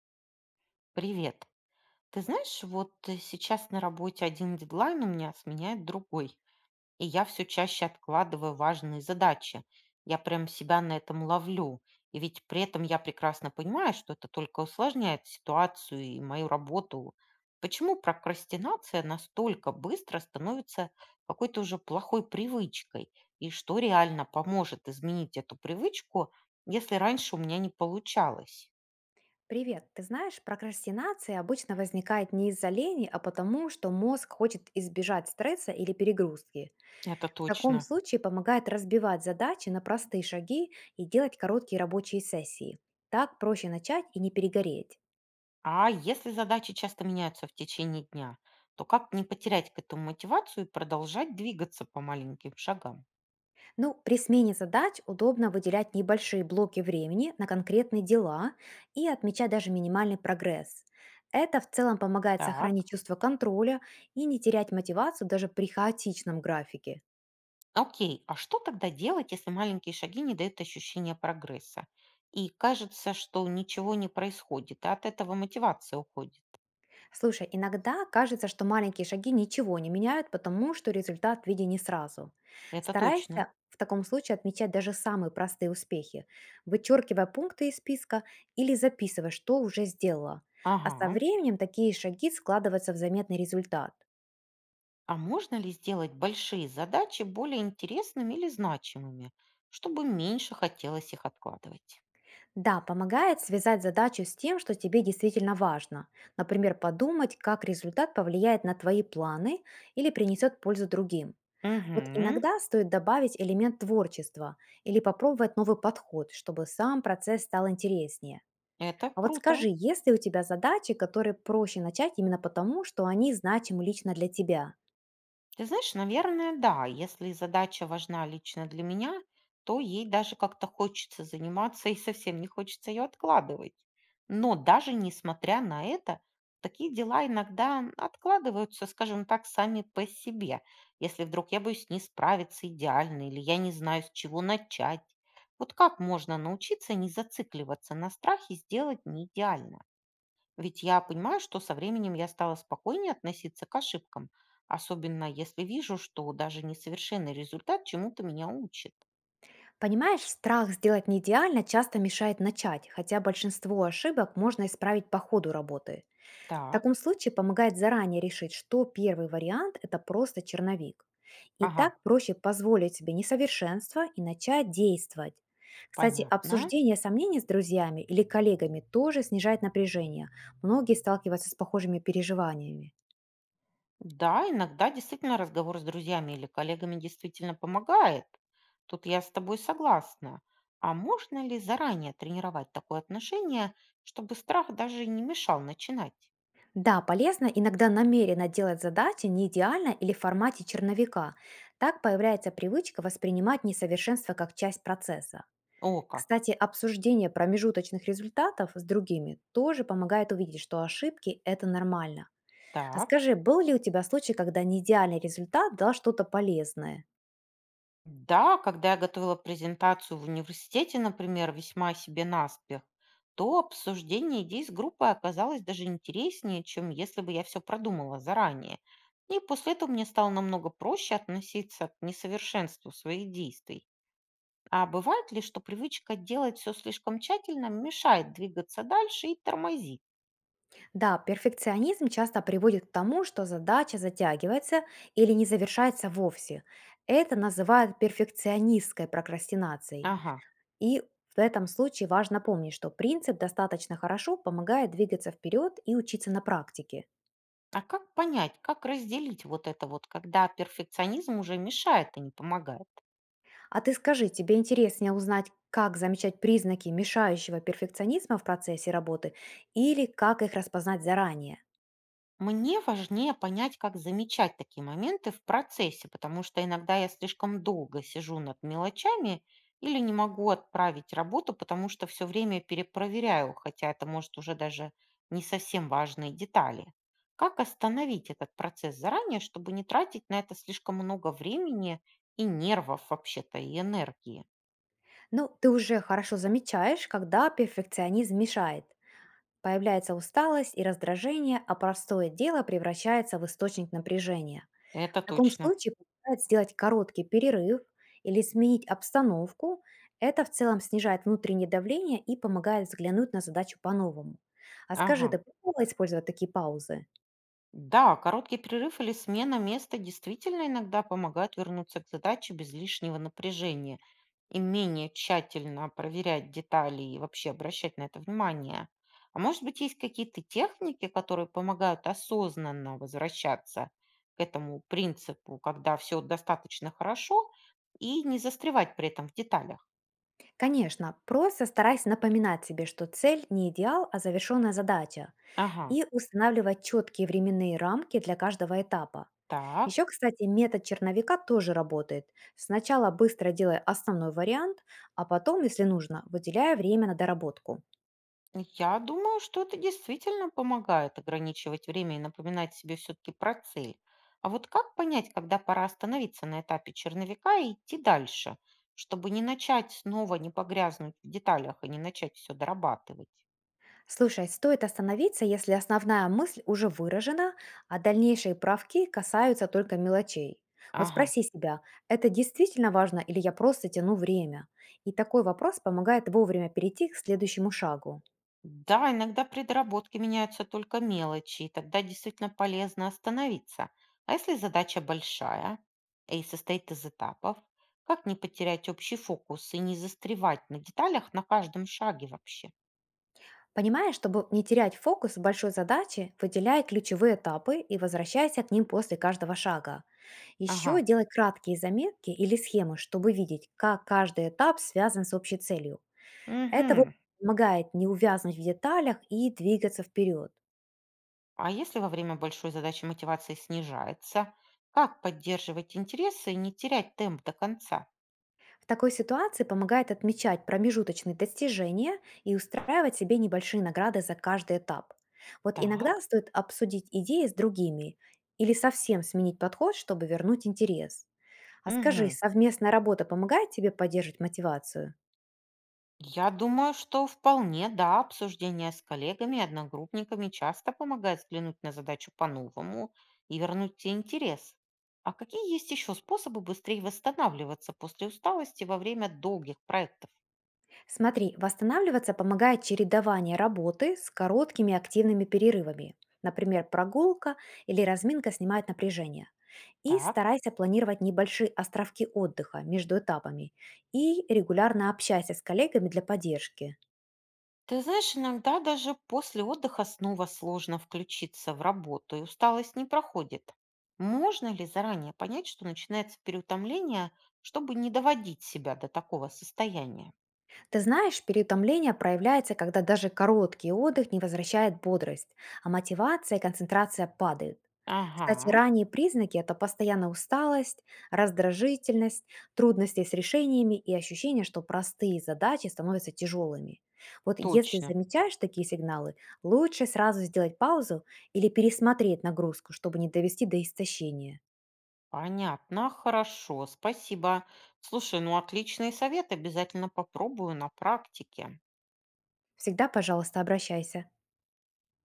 Привет. Ты знаешь, сейчас на работе один дедлайн у меня сменяет другой, и я все чаще откладываю важные задачи. Я прям себя на этом ловлю. И ведь при этом я прекрасно понимаю, что это только усложняет ситуацию и мою работу. Почему прокрастинация настолько быстро становится какой-то уже плохой привычкой? И что реально поможет изменить эту привычку, если раньше у меня не получалось? Привет. Ты знаешь, прокрастинация обычно возникает не из-за лени, а потому, что мозг хочет избежать стресса или перегрузки. Это В таком точно. случае помогает разбивать задачи на простые шаги и делать короткие рабочие сессии. Так проще начать и не перегореть. А если задачи часто меняются в течение дня, то как не потерять к этому мотивацию и продолжать двигаться по маленьким шагам? Ну, при смене задач удобно выделять небольшие блоки времени на конкретные дела и отмечать даже минимальный прогресс. Это в целом помогает Так, сохранить чувство контроля и не терять мотивацию даже при хаотичном графике. окей, а что тогда делать, если маленькие шаги не дают ощущения прогресса? И кажется, что ничего не происходит, а от этого мотивация уходит. Слушай, иногда кажется, что маленькие шаги ничего не меняют, потому что результат виден не сразу. Это точно. Старайся в таком случае отмечать даже самые простые успехи, вычеркивая пункты из списка или записывая, что уже сделала. А со Ага. временем такие шаги складываются в заметный результат. А можно ли сделать большие задачи более интересными или значимыми, чтобы меньше хотелось их откладывать? Да, помогает связать задачу с тем, что тебе действительно важно. Например, подумать, как результат повлияет на твои планы или принесет пользу другим. Вот Угу, иногда стоит добавить элемент творчества или попробовать новый подход, чтобы сам процесс стал интереснее. это А вот круто. скажи, есть ли у тебя задачи, которые проще начать именно потому, что они значимы лично для тебя? Ты знаешь, наверное, да. Если задача важна лично для меня, то ей даже как-то хочется заниматься и совсем не хочется ее откладывать. Но даже несмотря на это, такие дела иногда откладываются, скажем так, сами по себе. Если вдруг я боюсь не справиться идеально или я не знаю, с чего начать. Вот как можно научиться не зацикливаться на страхе сделать не идеально? Ведь я понимаю, что со временем я стала спокойнее относиться к ошибкам, особенно если вижу, что даже несовершенный результат чему-то меня учит. Понимаешь, страх сделать неидеально часто мешает начать, хотя большинство ошибок можно исправить по ходу работы. В таком Так, случае помогает заранее решить, что первый вариант– это просто черновик. И ага, так проще позволить себе несовершенство и начать действовать. Кстати, понятно. обсуждение сомнений с друзьями или коллегами тоже снижает напряжение. Многие сталкиваются с похожими переживаниями. Да, иногда действительно разговор с друзьями или коллегами действительно помогает. Тут я с тобой согласна. А можно ли заранее тренировать такое отношение, чтобы страх даже и не мешал начинать? Да, полезно иногда намеренно делать задачи не идеально или в формате черновика. Так появляется привычка воспринимать несовершенство как часть процесса. О, как. Кстати, обсуждение промежуточных результатов с другими тоже помогает увидеть, что ошибки– это нормально. А Так. скажи, был ли у тебя случай, когда неидеальный результат дал что-то полезное? Да, когда я готовила презентацию в университете, например, весьма себе наспех, то обсуждение идей с группой оказалось даже интереснее, чем если бы я все продумала заранее. И после этого мне стало намного проще относиться к несовершенству своих действий. А бывает ли, что привычка делать все слишком тщательно мешает двигаться дальше и тормозит? Да, перфекционизм часто приводит к тому, что задача затягивается или не завершается вовсе. Это называют перфекционистской прокрастинацией. Ага. И в этом случае важно помнить, что принцип «достаточно хорошо» помогает двигаться вперед и учиться на практике. А как понять, как разделить вот это вот, когда перфекционизм уже мешает, а не помогает? А ты скажи, тебе интереснее узнать, как замечать признаки мешающего перфекционизма в процессе работы или как их распознать заранее? Мне важнее понять, как замечать такие моменты в процессе, потому что иногда я слишком долго сижу над мелочами или не могу отправить работу, потому что все время перепроверяю, хотя это может уже даже не совсем важные детали. Как остановить этот процесс заранее, чтобы не тратить на это слишком много времени и нервов вообще-то, и энергии? Ну, ты уже хорошо замечаешь, когда перфекционизм мешает. Появляется усталость и раздражение, а простое дело превращается в источник напряжения. Это В таком точно. случае помогает сделать короткий перерыв или сменить обстановку. Это в целом снижает внутреннее давление и помогает взглянуть на задачу по-новому. А скажи, Ага. ты пробовала использовать такие паузы? Да, короткий перерыв или смена места действительно иногда помогают вернуться к задаче без лишнего напряжения и менее тщательно проверять детали и вообще обращать на это внимание. А может быть, есть какие-то техники, которые помогают осознанно возвращаться к этому принципу, когда все достаточно хорошо, и не застревать при этом в деталях? Конечно, просто старайся напоминать себе, что цель не идеал, а завершенная задача, Ага, и устанавливать четкие временные рамки для каждого этапа. так. Еще, кстати, метод черновика тоже работает. Сначала быстро делай основной вариант, а потом, если нужно, выделяя время на доработку. Я думаю, что это действительно помогает ограничивать время и напоминать себе все-таки про цель. А вот как понять, когда пора остановиться на этапе черновика и идти дальше, чтобы не начать снова, не погрязнуть в деталях и не начать все дорабатывать? Слушай, стоит остановиться, если основная мысль уже выражена, а дальнейшие правки касаются только мелочей. Вот Ага. спроси себя, это действительно важно или я просто тяну время? И такой вопрос помогает вовремя перейти к следующему шагу. Да, иногда при доработке меняются только мелочи, и тогда действительно полезно остановиться. А если задача большая и состоит из этапов, как не потерять общий фокус и не застревать на деталях на каждом шаге вообще? Понимая, чтобы не терять фокус в большой задаче, выделяй ключевые этапы и возвращайся к ним после каждого шага. Ага. Еще делай краткие заметки или схемы, чтобы видеть, как каждый этап связан с общей целью. Это вот Мгм. помогает не увязнуть в деталях и двигаться вперед. А если во время большой задачи мотивация снижается, как поддерживать интересы и не терять темп до конца? В такой ситуации помогает отмечать промежуточные достижения и устраивать себе небольшие награды за каждый этап. Вот иногда Так. стоит обсудить идеи с другими или совсем сменить подход, чтобы вернуть интерес. А скажи, Мгм. совместная работа помогает тебе поддерживать мотивацию? Я думаю, что вполне, да, обсуждение с коллегами и одногруппниками часто помогает взглянуть на задачу по-новому и вернуть те интерес. А какие есть еще способы быстрее восстанавливаться после усталости во время долгих проектов? Смотри, восстанавливаться помогает чередование работы с короткими активными перерывами. Например, прогулка или разминка снимает напряжение. И Так. старайся планировать небольшие островки отдыха между этапами и регулярно общайся с коллегами для поддержки. Ты знаешь, иногда даже после отдыха снова сложно включиться в работу, и усталость не проходит. Можно ли заранее понять, что начинается переутомление, чтобы не доводить себя до такого состояния? Ты знаешь, переутомление проявляется, когда даже короткий отдых не возвращает бодрость, а мотивация и концентрация падают. Кстати, Ага, ранние признаки– это постоянная усталость, раздражительность, трудности с решениями и ощущение, что простые задачи становятся тяжелыми. Вот если точно. замечаешь такие сигналы, лучше сразу сделать паузу или пересмотреть нагрузку, чтобы не довести до истощения. Понятно, хорошо, спасибо. Слушай, ну отличные советы, обязательно попробую на практике. Всегда, пожалуйста, обращайся.